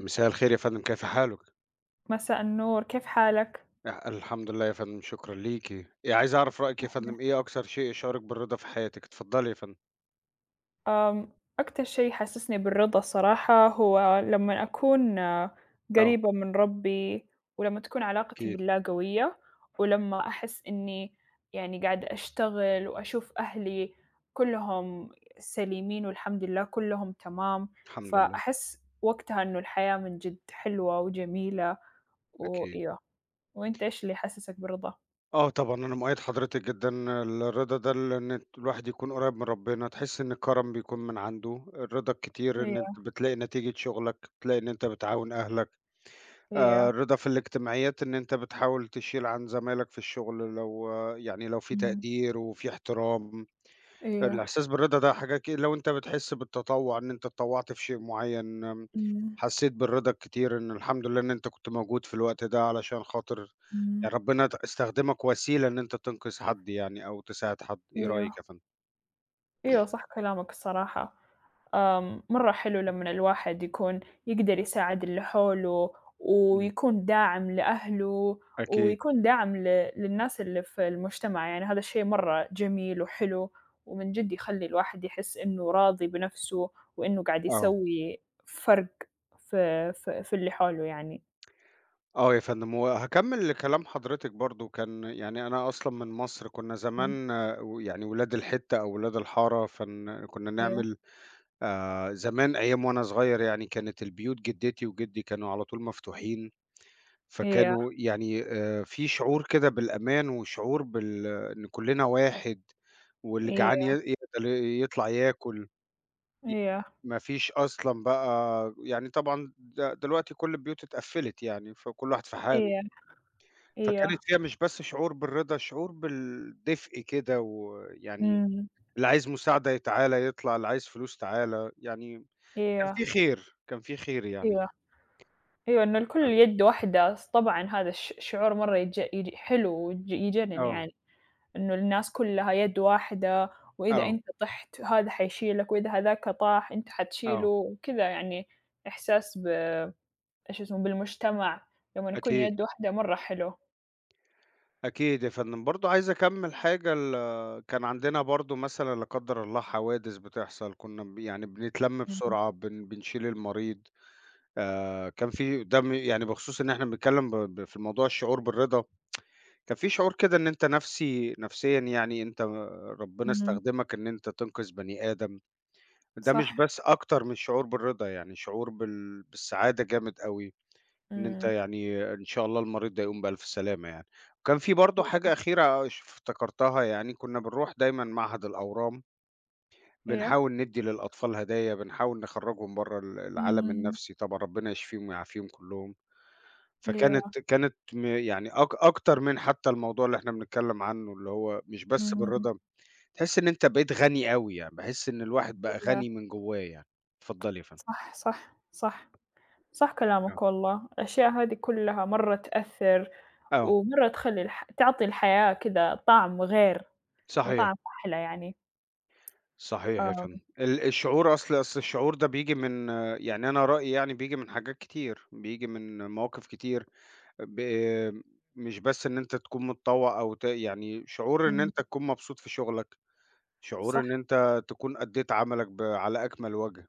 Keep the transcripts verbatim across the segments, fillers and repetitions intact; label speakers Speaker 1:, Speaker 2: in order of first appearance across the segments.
Speaker 1: مساء الخير يا فندم، كيف حالك؟
Speaker 2: مساء النور، كيف حالك؟
Speaker 1: أ الحمد لله يا فندم، شكرًا ليكِ. آآ عايز أعرف رأيِك يا
Speaker 2: أهلًا،
Speaker 1: فندم، إيه أكثر شيء يشعرِك بالرضا في حياتِك؟ اتفضلي يا فندم.
Speaker 2: آمم، أكتر شيء يحسسني بالرضا الصراحة هو لمّا أكون آه،
Speaker 1: آه،
Speaker 2: قريبة من ربّي، ولمّا تكون علاقتي
Speaker 1: أكيد،
Speaker 2: بالله قوية، ولمّا أحس إني يعني قاعدة أشتغل وأشوف أهلي كلّهم سليمين والحمد لله كلّهم تمام،
Speaker 1: الحمد لله،
Speaker 2: فأحس وقتها إنه الحياة من جد حلوة وجميلة
Speaker 1: أكيد.
Speaker 2: وأيوه، وأنت إيش اللي يحسسك بالرضا؟
Speaker 1: آه طبعًا، أنا مؤيّد حضرتِك جدًا، الرضا ده ال إن ت الواحد يكون قريب من ربنا، تحس إن الكرم بيكون من عنده، الرضا الكتير إن
Speaker 2: أيوه،
Speaker 1: أنت بتلاقي نتيجة شغلك، بتلاقي إن أنت بتعاون أهلك، آآ
Speaker 2: أيوه،
Speaker 1: الرضا في الاجتماعيات إن أنت بتحاول تشيل عن زمايلك في الشغل لو آه، يعني لو في
Speaker 2: إمم،
Speaker 1: تقدير وفي احترام.
Speaker 2: أيوه،
Speaker 1: الإحساس بالرضا ده حاجة ك لو أنت بتحس بالتطوّع إن أنت اتطوّعت في شيء معيّن، آمم،
Speaker 2: إمم،
Speaker 1: حسّيت بالرضا الكتير إن الحمد لله إن أنت كنت موجود في الوقت ده علشان خاطر
Speaker 2: إمم.
Speaker 1: يعني ربنا ت استخدمك وسيلة إن أنت تنقذ حد يعني أو تساعد حد، إيه رأيك
Speaker 2: أيوه،
Speaker 1: يا فندم؟
Speaker 2: أيوه صح كلامك الصراحة، آمم، مرة حلو لمّا الواحد يكون يقدر يساعد اللي حوله،
Speaker 1: إمم،
Speaker 2: ويكون داعم لأهله،
Speaker 1: أكيد.
Speaker 2: ويكون داعم ل للناس اللي في المجتمع، يعني هذا الشيء مرة جميل وحلو، ومن جد يخلّي الواحد يحس إنه راضي بنفسه، وإنه قاعد
Speaker 1: آه،
Speaker 2: يسوي فرق في في في اللي حوله يعني.
Speaker 1: آه يا فندم، وهاكمّل لكلام حضرتِك برضه كان يعني أنا أصلًا من مصر، كنا
Speaker 2: إمم،
Speaker 1: زمان آه، و يعني ولاد الحتّة أو ولاد الحارة، فن كنا
Speaker 2: أيوه،
Speaker 1: نعمل آآ زمان أيام وأنا صغير يعني كانت البيوت جدتي وجدي كانوا على طول مفتوحين،
Speaker 2: أيوه،
Speaker 1: فكانوا يعني آآ في شعور كده بالأمان وشعور بال إن كُلّنا واحد، واللي جعان ي
Speaker 2: أيوه،
Speaker 1: يقدر يطلع ياكل،
Speaker 2: أيوه،
Speaker 1: ما فيش أصلًا بقى يعني طبعًا د دلوقتي كل البيوت اتقفّلت يعني، فكل واحد في حاله،
Speaker 2: أيوه، أيوه،
Speaker 1: فكانت فيها مش بس شعور بالرضا، شعور بالدفء كده ويعني
Speaker 2: إمم،
Speaker 1: اللي عايز مساعدة ي تعالَ يطلع، اللي عايز فلوس تعالَ، يعني كان
Speaker 2: أيوه،
Speaker 1: في خير، كان في خير يعني
Speaker 2: أيوه. أيوه، إنه الكل
Speaker 1: آه،
Speaker 2: يد واحدة، س طبعًا هذا الش شعور مرّة يتج يج حلو ويج يجنن
Speaker 1: آه،
Speaker 2: يعني، إنه الناس كلّها يد واحدة، وإذا
Speaker 1: آه،
Speaker 2: أنت طِحت هذا حيشيلك، وإذا هذاك طاح أنت حتشيله
Speaker 1: آه،
Speaker 2: وكذا يعني، إحساس ب إيش اسمه، بالمجتمع لمّا نكون
Speaker 1: أكيد،
Speaker 2: يد واحدة مرّة حلو.
Speaker 1: أكيد يا فندم. برضه عايز أكمّل حاجة ال كان عندنا برضه مثلًا لا قدّر الله حوادث بتحصل، كُنّا ب يعني بنتلَم
Speaker 2: إمم،
Speaker 1: بسرعة، بن بنشيل المريض، آآ، كان في ده م يعني بخصوص إن إحنا بنتكلّم ب ب في موضوع الشعور بالرضا، كان في شعور كده إن أنت نفسي نفسيًا يعني أنت ربنا
Speaker 2: إمم،
Speaker 1: استخدمك إن أنت تنقذ بني آدم، ده مش
Speaker 2: صح،
Speaker 1: بس أكتر من الشعور بالرضا، يعني شعور بال بالسعادة جامد أوي. إن أنت
Speaker 2: إمم،
Speaker 1: يعني إن شاء الله المريض ده يقوم بألف سلامة يعني. وكان في برضه حاجة أخيرة ش افتكرتها يعني كنا بنروح دايمًا معهد الأورام،
Speaker 2: أيوه،
Speaker 1: بنحاول ندّي للأطفال هدايا، بنحاول نخرّجهم برّه ال العالم
Speaker 2: إمم،
Speaker 1: النفسي طبعًا ربنا يشفيهم ويعافيهم كلّهم.
Speaker 2: أيوه،
Speaker 1: فكانت كانت م يعني أك أكتر من حتى الموضوع اللي إحنا بنتكلم عنه اللي هو مش بس
Speaker 2: إمم،
Speaker 1: بالرضا، تحس إن أنت بقيت غني أوي يعني، باحس إن الواحد بقى
Speaker 2: أيوه،
Speaker 1: غني من جوّاه يعني. اتفضلي يا فندم.
Speaker 2: صح، صح، صح، صح
Speaker 1: آه.
Speaker 2: كلامك والله، الأشياء هذه كلّها مرّة تأثّر.
Speaker 1: آه.
Speaker 2: ومرّة تخلّي الح تعطي الحياة كده طعم غير
Speaker 1: صحيح.
Speaker 2: وطعم أحلى يعني.
Speaker 1: صحيح يا
Speaker 2: آه،
Speaker 1: فندم. ال الشعور أصل أصل الشعور ده بييجي من يعني أنا رأيي يعني بييجي من حاجات كتير، بييجي من مواقف كتير ب مش بس إن أنت تكون متطوع أو ت يعني شعور إن
Speaker 2: إمم،
Speaker 1: أنت تكون مبسوط في شغلك، شعور
Speaker 2: صح،
Speaker 1: إن أنت تكون أدّيت عملك ب على أكمل وجه،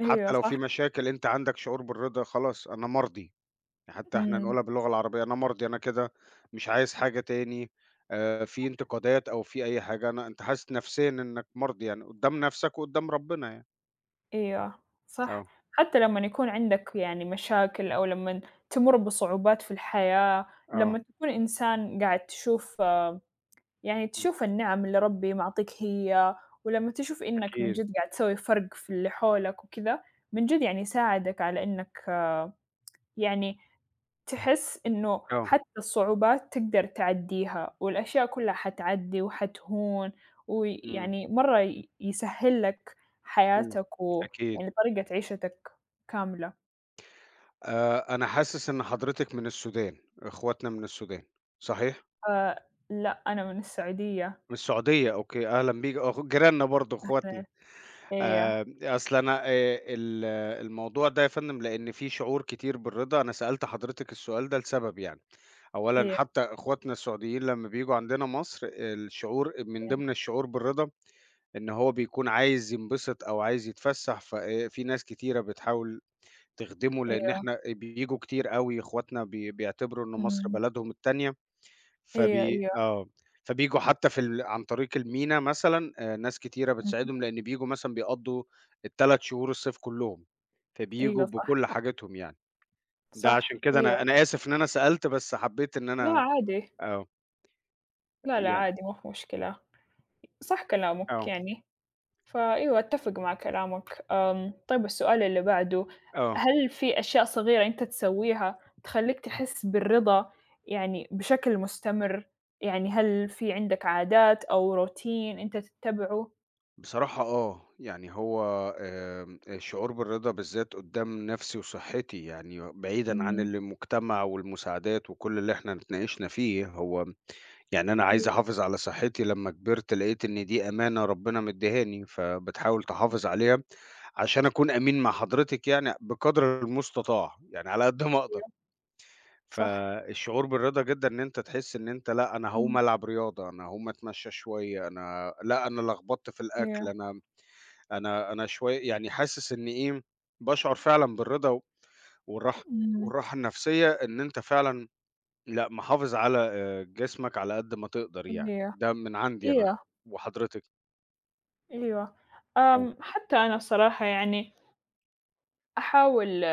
Speaker 1: حتى
Speaker 2: أيوه
Speaker 1: لو في
Speaker 2: صح،
Speaker 1: مشاكل أنت عندك شعور بالرضا خلاص أنا مَرضي. يعني حتى إحنا
Speaker 2: إمم،
Speaker 1: نقولها باللغة العربية، أنا مَرضي، أنا كده، مش عايز حاجة تاني، آآ في انتقادات أو في أي حاجة، أنا أنت حاسس نفسيًا إنك مرضي يعني قدّام نفسك وقدّام ربنا يعني.
Speaker 2: أيوه، صح.
Speaker 1: آه،
Speaker 2: حتى لمّن يكون عندك يعني مشاكل أو لمّن تمُر بصعوبات في الحياة،
Speaker 1: آه،
Speaker 2: لمّن تكون إنسان قاعد تشوف آه، يعني
Speaker 1: إمم،
Speaker 2: تشوف النِّعَم اللي ربي معطيك هي، ولمّا تشوف إنّك من
Speaker 1: أكيد،
Speaker 2: جد قاعد تسوي فرق في اللي حولك وكذا، من جد يعني يساعدك على إنّك يعني تحس إنه
Speaker 1: آه،
Speaker 2: حتى الصعوبات تقدر تعدّيها، والأشياء كلّها حتعدّي وحتهون،
Speaker 1: إمم،
Speaker 2: ويعني مرّة ي يسهّل لك
Speaker 1: إمم،
Speaker 2: حياتك
Speaker 1: أكيد.
Speaker 2: ويعني طريقة عيشتك كاملة،
Speaker 1: آآ أنا حاسس إن حضرتِك من السودان، إخواتنا من السودان، صحيح؟
Speaker 2: آآ لأ أنا من السعودية،
Speaker 1: من السعودية، أوكي، أهلًا بيك، أخ جيراننا برضه إخواتنا.
Speaker 2: أنا أيوه،
Speaker 1: آآ أصل أنا آآ ال الموضوع ده يا فندم لإن في شعور كتير بالرضا، أنا سألت حضرتِك السؤال ده لسبب يعني. أولًا
Speaker 2: أيوه،
Speaker 1: حتى إخواتنا السعوديين لمّا بييجوا عندنا مصر، الشعور من
Speaker 2: أيوه،
Speaker 1: ضمن الشعور بالرضا إن هو بيكون عايز ينبسط أو عايز يتفسّح، فآآ في ناس كتيرة بتحاول تخدمه، لإن
Speaker 2: أيوه،
Speaker 1: إحنا بييجوا كتير أوي إخواتنا بي بيعتبروا إن مصر
Speaker 2: إمم،
Speaker 1: بلدهم التانية،
Speaker 2: أيوه،
Speaker 1: فبي
Speaker 2: أيوه،
Speaker 1: آه، فبييجوا حتى في ال عن طريق المينا مثلًا، آآ ناس كتيرة
Speaker 2: اهم،
Speaker 1: بتساعدهم، لإن بييجوا مثلًا بيقضّوا التلات شهور الصيف كلّهم، فبييجوا
Speaker 2: أيوه صح،
Speaker 1: بكل حاجاتهم يعني. ده عشان
Speaker 2: صح،
Speaker 1: كده
Speaker 2: أيوه،
Speaker 1: أنا أنا آسف إن أنا سألت، بس حبيت إن
Speaker 2: لا
Speaker 1: أنا
Speaker 2: عادي،
Speaker 1: آه،
Speaker 2: لا، لا
Speaker 1: يعني
Speaker 2: عادي ما في مشكلة، صح كلامك
Speaker 1: آه،
Speaker 2: يعني. فأيوه أتّفق مع كلامك. آمم، طيب السؤال اللي بعده،
Speaker 1: آه،
Speaker 2: هل في أشياء صغيرة أنت تسويها تخلّيك تحس بالرضا يعني بشكل مستمر؟ يعني هل في عندك عادات أو روتين أنت تتّبعه؟
Speaker 1: بصراحة آه، يعني هو آمم، الشعور بالرضا بالذات قدّام نَفْسي وصحّتي يعني بعيدًا عن
Speaker 2: إمم،
Speaker 1: المجتمع والمساعدات وكل اللي إحنا اتناقشنا فيه، هو يعني أنا عايز
Speaker 2: أيوه،
Speaker 1: أحافظ على صحّتي لمّا كبرت لقيت إن دي أمانة ربنا مدّيهاني، فبتحاول تحافظ عليها عشان أكون أمين مع حضرتك يعني بقدر المستطاع، يعني على قد ما أقدر.
Speaker 2: أيوه، صح.
Speaker 1: فالشعور بالرضا جدًا إن أنت تحس إن أنت لأ، أنا هاقوم
Speaker 2: إمم،
Speaker 1: ألعب رياضة، أنا هاقوم أتمشى شوية، أنا لأ، أنا لخبطت في الأكل،
Speaker 2: أيوه،
Speaker 1: أنا أنا أنا شوية يعني حاسس إن إيه، باشعر فعلًا بالرضا والراحة
Speaker 2: إمم،
Speaker 1: والراحة النفسية إن أنت فعلًا لأ، محافظ على آآ، جسمك على قد ما تقدر يعني،
Speaker 2: أيوه،
Speaker 1: ده من عندي أنا
Speaker 2: أيوه،
Speaker 1: وحضرتك.
Speaker 2: أيوه.
Speaker 1: آه،
Speaker 2: آمم، حتى أنا الصراحة يعني أحاول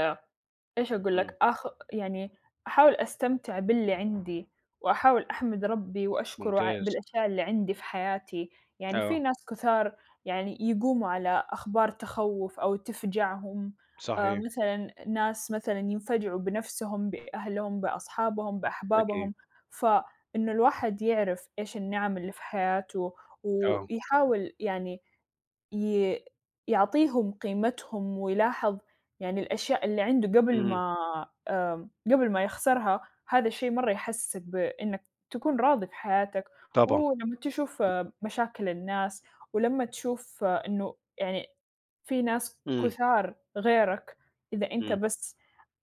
Speaker 2: إيش أقول
Speaker 1: إمم،
Speaker 2: لك، آخ يعني أحاول أستمتع باللي عندي، وأحاول أحمد ربّي وأشكره ع
Speaker 1: ممتاز.
Speaker 2: بالأشياء اللي عندي في حياتي، يعني في
Speaker 1: آه،
Speaker 2: ناس كثار يعني يقوموا على أخبار تخوّف أو تفجعهم، آآ
Speaker 1: صحيح،
Speaker 2: مثلًا ناس مثلًا ينفجعوا بنفسهم، بأهلهم، بأصحابهم،
Speaker 1: أكيد،
Speaker 2: بأحبابهم، فإنه الواحد يعرف إيش النعم اللي في حياته،
Speaker 1: آه،
Speaker 2: ويحاول يعني ي يعطيهم قيمتهم ويلاحظ يعني الأشياء اللي عنده قبل
Speaker 1: إمم،
Speaker 2: ما آمم، قبل ما يخسرها، هذا الشيء مرّة يحسّسك بإنك تكون راضي في حياتك،
Speaker 1: طبعًا،
Speaker 2: ولمّا تشوف آه، مشاكل الناس، ولمّا تشوف آه، إنه يعني في ناس
Speaker 1: إمم،
Speaker 2: كُثار غيرك، إذا أنت
Speaker 1: إمم،
Speaker 2: بس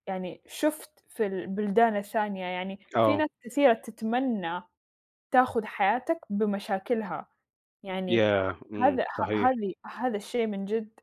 Speaker 2: يعني شُفت في البلدان الثانية، يعني في
Speaker 1: آه،
Speaker 2: ناس كثيرة تتمنى تاخُذ حياتك بمشاكلها، يعني
Speaker 1: ياه! إمم،
Speaker 2: هذا ه
Speaker 1: صحيح،
Speaker 2: هذه هذا الشيء من جد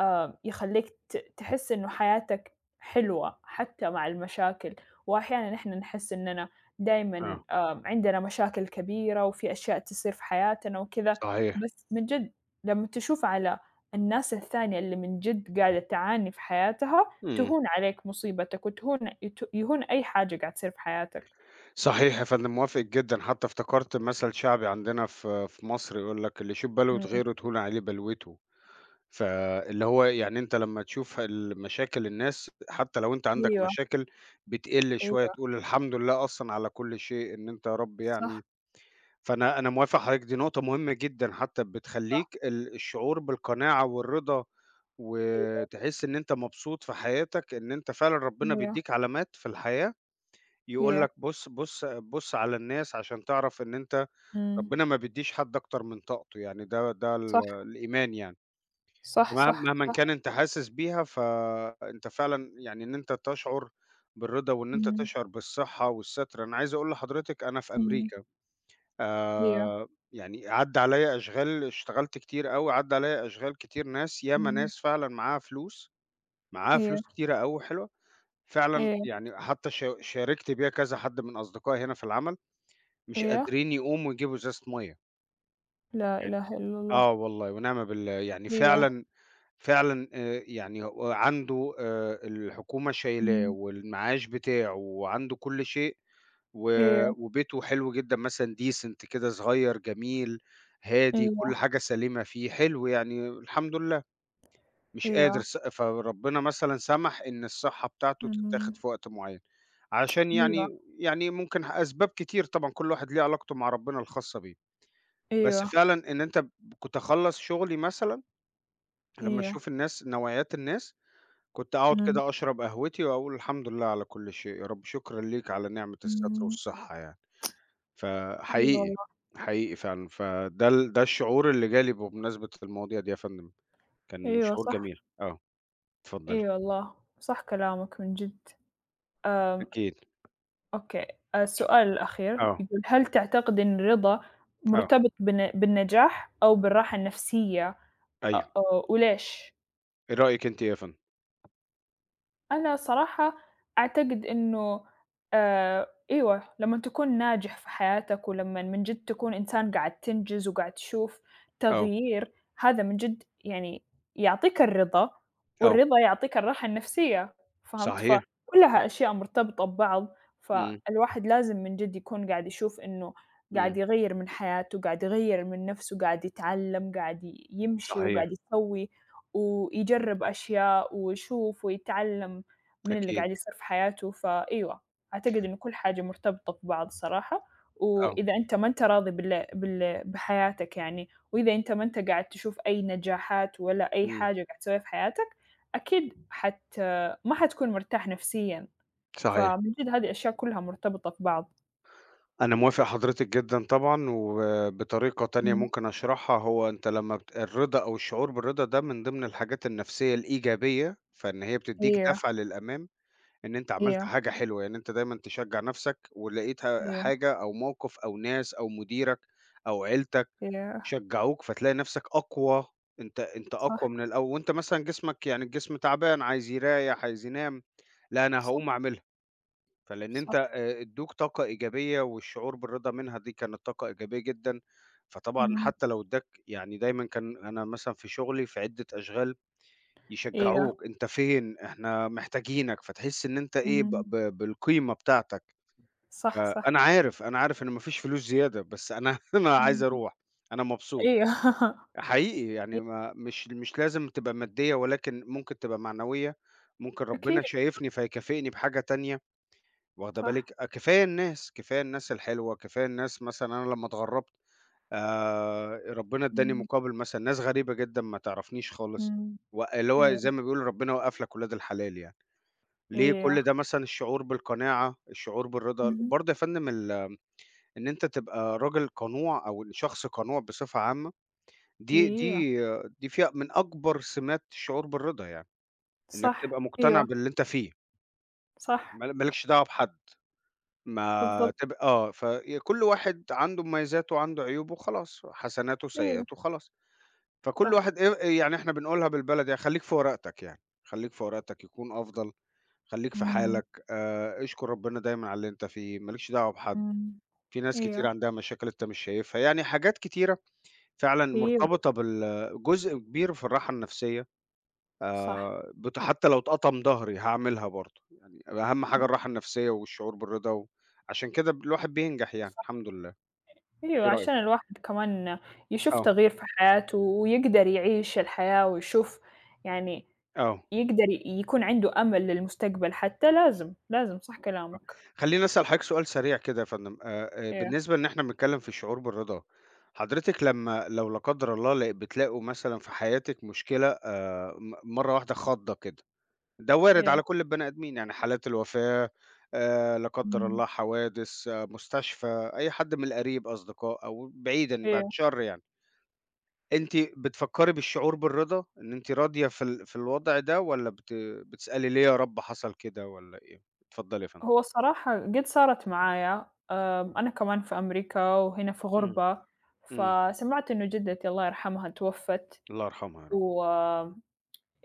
Speaker 2: آآ يخلّيك ت تحس إنه حياتك حلوة حتى مع المشاكل، وأحيانًا إحنا نحس إننا دايمًا
Speaker 1: آه،
Speaker 2: آآ عندنا مشاكل كبيرة وفي أشياء تصير في حياتنا وكذا،
Speaker 1: صحيح.
Speaker 2: بس من جد لمّا تشوف على الناس الثانية اللي من جد قاعدة تعاني في حياتها،
Speaker 1: إمم.
Speaker 2: تهون عليك مصيبتك وتهون يت يهون أي حاجة قاعدة تصير في حياتك.
Speaker 1: صحيح يا فندم، موافق جدًا، حتى افتكرت مثل شعبي عندنا في في مصر يقول لك: "اللي يشوف بلوة
Speaker 2: إمم،
Speaker 1: غيره تهون عليه بلوته." فاللي هو يعني أنت لمّا تشوف ال مشاكل الناس حتى لو أنت عندك
Speaker 2: أيوه،
Speaker 1: مشاكل بتقِل شوية،
Speaker 2: أيوه،
Speaker 1: تقول الحمد لله أصلًا على كل شيء إن أنت يا رب
Speaker 2: صح.
Speaker 1: يعني فأنا أنا موافق حضرتك، دي نقطة مهمة جدًا حتى بتخلّيك ال الشعور بالقناعة والرضا وتحس إن أنت مبسوط في حياتك، إن أنت فعلًا ربنا
Speaker 2: هي،
Speaker 1: بيدّيك علامات في الحياة يقول
Speaker 2: هي.
Speaker 1: لك بُص بُص بُص على الناس عشان تعرف إن أنت
Speaker 2: إمم.
Speaker 1: ربنا ما بيدّيش حد أكتر من طاقته، يعني ده ده ال
Speaker 2: صح،
Speaker 1: الإيمان يعني،
Speaker 2: صح،
Speaker 1: فمه
Speaker 2: صح،
Speaker 1: مهمًا
Speaker 2: صح.
Speaker 1: كان أنت حاسس بيها فأنت فعلًا يعني إن أنت تشعُر بالرضا وإن أنت
Speaker 2: إمم،
Speaker 1: تشعُر بالصحة والستر، أنا عايز أقول لحضرتك أنا في
Speaker 2: إمم،
Speaker 1: أمريكا
Speaker 2: هي،
Speaker 1: آآ، يعني عدّى عليَّ أشغال اشتغلت كتير أوي، عدّى عليَّ أشغال كتير ناس ياما
Speaker 2: إمم.
Speaker 1: ناس فعلًا معاها فلوس، معاها فلوس
Speaker 2: هي،
Speaker 1: كتيرة أوي حلوة، فعلًا
Speaker 2: هي،
Speaker 1: يعني حتى شا شاركت بيها كذا حد من أصدقائي هنا في العمل. مش
Speaker 2: هي،
Speaker 1: قادرين يقوموا يجيبوا إزازة مَيّة،
Speaker 2: لا
Speaker 1: يعني
Speaker 2: إله إلا الله،
Speaker 1: آه والله ونعم بالله، يعني
Speaker 2: هي،
Speaker 1: فعلًا فعلًا آآ يعني هو عنده آآ الحكومة شايلاه
Speaker 2: إمم.
Speaker 1: والمعاش بتاعه وعنده كل شيء و
Speaker 2: هي،
Speaker 1: وبيته حلو جدًا مثلًا decent كده صغير جميل،
Speaker 2: هي،
Speaker 1: هادي، كل حاجة سليمة فيه، حلو يعني الحمد لله، مش قادر
Speaker 2: هي.
Speaker 1: س فربنا مثلًا سمح إن الصحّة بتاعته
Speaker 2: إمم.
Speaker 1: تتاخد في وقت معيّن، عشان
Speaker 2: أيوه،
Speaker 1: يعني يعني ممكن أسباب كتير طبعًا كل واحد ليه علاقته مع ربنا الخاصة بيه. بس
Speaker 2: أيوه،
Speaker 1: فعلًا إن أنت ب كنت أخلّص شغلي مثلًا، لمّا
Speaker 2: أيوه.
Speaker 1: أشوف الناس نوعيات الناس، كنت أقعد
Speaker 2: إمم،
Speaker 1: كده أشرب قهوتي وأقول الحمد لله على كل شيء يا رب، شكرًا ليك على نعمة الستر
Speaker 2: إمم.
Speaker 1: والصحة يعني،
Speaker 2: أي
Speaker 1: فحقيقي،
Speaker 2: والله،
Speaker 1: حقيقي فعلًا، فده ال ده الشعور اللي جالي بمناسبة المواضيع دي يا فندم، كان
Speaker 2: أيوه
Speaker 1: شعور
Speaker 2: صح،
Speaker 1: جميل، آه، اتفضلي.
Speaker 2: أي والله، صح كلامك من جد. آمم،
Speaker 1: أكيد،
Speaker 2: أوكي، السؤال الأخير
Speaker 1: آه،
Speaker 2: يقول: "هل تعتقد إن الرضا
Speaker 1: آه،
Speaker 2: مرتبط بن بالنجاح أو بالراحة النفسية أ
Speaker 1: أيوه،
Speaker 2: أ وليش؟"
Speaker 1: إيه رأيِك أنتِ يا فندم؟
Speaker 2: أنا صراحة أعتقد إنه آآ أيوه، لمّا تكون ناجح في حياتك ولمّا من جد تكون إنسان قاعد تنجز وقاعد تشوف
Speaker 1: آه،
Speaker 2: تغيير، هذا من جد يعني يعطيك الرضا،
Speaker 1: آه،
Speaker 2: والرضا يعطيك الراحة النفسية، فهمت؟
Speaker 1: صحيح،
Speaker 2: فكلها أشياء مرتبطة ببعض،
Speaker 1: إمم،
Speaker 2: فالواحد لازم من جد يكون قاعد يشوف إنه
Speaker 1: إمم،
Speaker 2: قاعد يغيّر من حياته، قاعد يغيّر من نفسه، قاعد يتعلم، قاعد ي يمشي وقاعد
Speaker 1: صحيح،
Speaker 2: يسوي، ويجرب أشياء ويشوف ويتعلم. من اللي
Speaker 1: أكيد،
Speaker 2: قاعد يصير في حياته، فأيوه، أعتقد إنه كل حاجة مرتبطة ببعض صراحة،
Speaker 1: آه،
Speaker 2: وإذا أنت ما أنت راضي بال بال بحياتك يعني، وإذا أنت ما أنت قاعد تشوف أي نجاحات ولا أي
Speaker 1: إمم،
Speaker 2: حاجة قاعد تسويها في حياتك، أكيد حت ما حتكون مرتاح نفسيًا،
Speaker 1: صحيح.
Speaker 2: فمن جد هذه الأشياء كلها مرتبطة ببعض.
Speaker 1: أنا موافق حضرتِك جدًا طبعًا، وبطريقة تانية
Speaker 2: إمم،
Speaker 1: ممكن أشرحها، هو أنت لمّا بت الرضا أو الشعور بالرضا ده من ضمن الحاجات النفسية الإيجابية، فإن هي بتدّيك
Speaker 2: أيوه،
Speaker 1: دفعة للأمام، إن أنت عملت
Speaker 2: أيوه،
Speaker 1: حاجة حلوة، يعني أنت دايمًا تشجّع نفسك ولقيت ه
Speaker 2: أيوه،
Speaker 1: حاجة أو موقف أو ناس أو مديرك أو عيلتك
Speaker 2: أيوه،
Speaker 1: شجّعوك، فتلاقي نفسك أقوى، أنت أنت
Speaker 2: صح،
Speaker 1: أقوى من الأول، وأنت مثلًا جسمك يعني الجسم تعبان عايز يريّح، عايز ينام، لأ أنا
Speaker 2: صح،
Speaker 1: هاقوم أعملها. فلإن أنت
Speaker 2: صح،
Speaker 1: آآ ادّوك طاقة إيجابية والشعور بالرضا منها دي كانت طاقة إيجابية جدًا، فطبعًا
Speaker 2: إمم،
Speaker 1: حتى لو ادّاك يعني دايمًا كان أنا مثلًا في شغلي في عدة أشغال
Speaker 2: أيوه،
Speaker 1: يشجّعوك، أنت فين، إحنا محتاجينك، فتحس إن أنت إيه، ب
Speaker 2: إمم،
Speaker 1: ب بالقيمة بتاعتك.
Speaker 2: صح، صح،
Speaker 1: فأنا عارف، أنا عارف إن ما فيش فلوس زيادة، بس أنا أنا عايز
Speaker 2: إمم،
Speaker 1: أروح، أنا مبسوط.
Speaker 2: أيوه،
Speaker 1: حقيقي يعني ما مش مش لازم تبقى مادية ولكن ممكن تبقى معنوية، ممكن ربنا
Speaker 2: أكيد،
Speaker 1: شايفني فيكافئني بحاجة تانية. واخدة
Speaker 2: صح،
Speaker 1: بالِك؟ آه، كفاية الناس، كفاية الناس الحلوة، كفاية الناس مثلًا أنا لمّا اتغرّبت آآ، ربنا ادّاني
Speaker 2: إمم.
Speaker 1: مقابل مثلًا ناس غريبة جدًا ما تعرفنيش خالص،
Speaker 2: إمم.
Speaker 1: و اللي هو
Speaker 2: أيوه،
Speaker 1: زي ما بيقولوا ربنا وقّف لك ولاد الحلال يعني، ليه كل
Speaker 2: أيوه.
Speaker 1: ده مثلًا الشعور بالقناعة، الشعور بالرضا،
Speaker 2: اهم.
Speaker 1: برضه يا فندم ال إن أنت تبقى راجل قنوع أو شخص قنوع بصفة عامة، دي
Speaker 2: أيوه،
Speaker 1: دي دي فيها من أكبر سمات الشعور بالرضا يعني، إنك تبقى
Speaker 2: صح،
Speaker 1: مقتنع
Speaker 2: أيوه،
Speaker 1: باللي أنت فيه،
Speaker 2: صح،
Speaker 1: ما ما لكش دعوة بحد. ما
Speaker 2: بالضبط،
Speaker 1: تب آه، فكل واحد عنده مميزاته وعنده عيوبه خلاص، حسناته
Speaker 2: أيوه،
Speaker 1: سيئاته خلاص، فكل
Speaker 2: صح.
Speaker 1: واحد آآ، يعني إحنا بنقولها بالبلدي خلّيك في ورقتك يعني، خلّيك في ورقتك يكون أفضل، خلّيك في
Speaker 2: إمم،
Speaker 1: حالك آآ، اشكر ربنا دايمًا على اللي أنت فيه، ما لكش دعوة بحد،
Speaker 2: إمم،
Speaker 1: في ناس كتير
Speaker 2: أيوه،
Speaker 1: عندها مشاكل أنت مش شايفها، يعني حاجات كتيرة فعلًا
Speaker 2: أيوه،
Speaker 1: مرتبطة بال جزء كبير في الراحة النفسية.
Speaker 2: صح،
Speaker 1: آآ بت حتى لو اتقطم ضهري هاعملها برضه، يعني أهم
Speaker 2: إ
Speaker 1: حاجة الراحة النفسية والشعور بالرضا و عشان كده ب الواحد بينجح يعني
Speaker 2: صح،
Speaker 1: الحمد لله،
Speaker 2: أيوه،
Speaker 1: إيه
Speaker 2: عشان
Speaker 1: رأيك؟
Speaker 2: الواحد كمان يشوف
Speaker 1: آه،
Speaker 2: تغيير في حياته ويقدر يعيش الحياة ويشوف يعني
Speaker 1: آه،
Speaker 2: يقدر يكون عنده أمل للمستقبل حتى لازم، لازم، صح
Speaker 1: آه.
Speaker 2: كلامك.
Speaker 1: خلّيني أسأل حضرتك سؤال سريع كده يا فندم، آآ
Speaker 2: أيوه،
Speaker 1: بالنسبة إن إحنا بنتكلم في الشعور بالرضا، حضرتك لمّا لو لا قدر الله ل بتلاقوا مثلًا في حياتِك مشكلة آآ م مرّة واحدة خضّة كده ده وارد
Speaker 2: أيوه،
Speaker 1: على كل البني آدمين، يعني حالات الوفاة آآ، لا قدّر
Speaker 2: إمم،
Speaker 1: الله حوادث، آه، مستشفى، أي حد من القريب أصدقاء أو بعيدًا بعد
Speaker 2: أيوه.
Speaker 1: شر يعني. أنتِ بتفكّري بالشعور بالرضا، إن أنتِ راضية في ال في الوضع ده والّا بت بتسألي ليه يا رب حصل كده والّا إيه؟ اتفضّلي يا فندم.
Speaker 2: هو الصراحة قد صارت معايا، آمم، أنا كمان في أمريكا وهنا في
Speaker 1: إمم،
Speaker 2: غُربة،
Speaker 1: إمم،
Speaker 2: فسمعت إنه جدتي الله يرحمها توفت،
Speaker 1: الله يرحمها يا رب.
Speaker 2: و أم،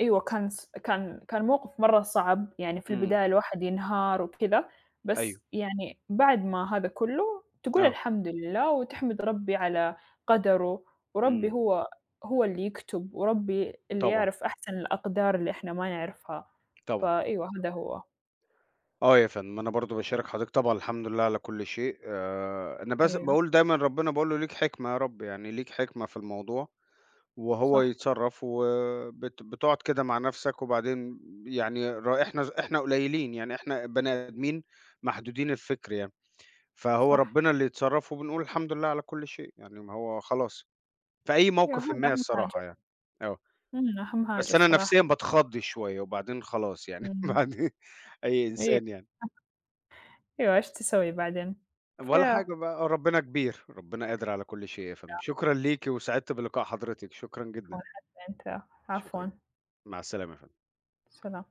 Speaker 2: أيوه كان ص كان كان موقف مرّة صعب، يعني في
Speaker 1: إمم،
Speaker 2: البداية الواحد ينهار وكذا،
Speaker 1: أيوه،
Speaker 2: بس يعني بعد ما هذا كُلّه تقول
Speaker 1: آه،
Speaker 2: الحمد لله وتحمد ربي على قدره،
Speaker 1: إمم،
Speaker 2: وربي هو هو اللي يكتب، وربي اللي
Speaker 1: طبعًا،
Speaker 2: يعرف أحسن الأقدار اللي إحنا ما نعرفها،
Speaker 1: طبعًا.
Speaker 2: فأيوه هذا هو.
Speaker 1: آه يا فندم، أنا برضه باشارك حضرتك طبعًا الحمد لله على كل شيء، آآ أنا بس
Speaker 2: أيوه،
Speaker 1: باقول دايمًا ربنا باقول له ليك حكمة يا رب، يعني ليك حكمة في الموضوع وهو
Speaker 2: صح،
Speaker 1: يتصرّف وبت بتقعد كده مع نَفْسك وبعدين يعني ر إحنا إحنا قليلين، يعني إحنا بني آدمين محدودين الفكر يعني، فهو
Speaker 2: صح.
Speaker 1: ربنا اللي يتصرّف وبنقول الحمد لله على كل شيء، يعني ما هو خلاص في أي
Speaker 2: أيوه
Speaker 1: موقِفٍ
Speaker 2: هذا
Speaker 1: ما
Speaker 2: أهم حاجة،
Speaker 1: الصراحة يعني، آه،
Speaker 2: إمم، أهم حاجة
Speaker 1: بس أنا نَفْسيًا
Speaker 2: الصراحة،
Speaker 1: باتخض شوية وبعدين خلاص يعني
Speaker 2: إمم،
Speaker 1: بعدين أي
Speaker 2: أيوه،
Speaker 1: إنسان يعني.
Speaker 2: أيوه إيش تسوي بعدين؟
Speaker 1: ولا
Speaker 2: فعفوًا
Speaker 1: حاجة بقى، آه، ربنا كبير، ربنا قادر على كل شيء يا فندم. شكرًا ليكِ وسعدت بلقاء حضرتِك، شكرًا جدًا،
Speaker 2: حتى أنت، عفوًا،
Speaker 1: شكرًا. مع السلامة يا فندم.
Speaker 2: سلام.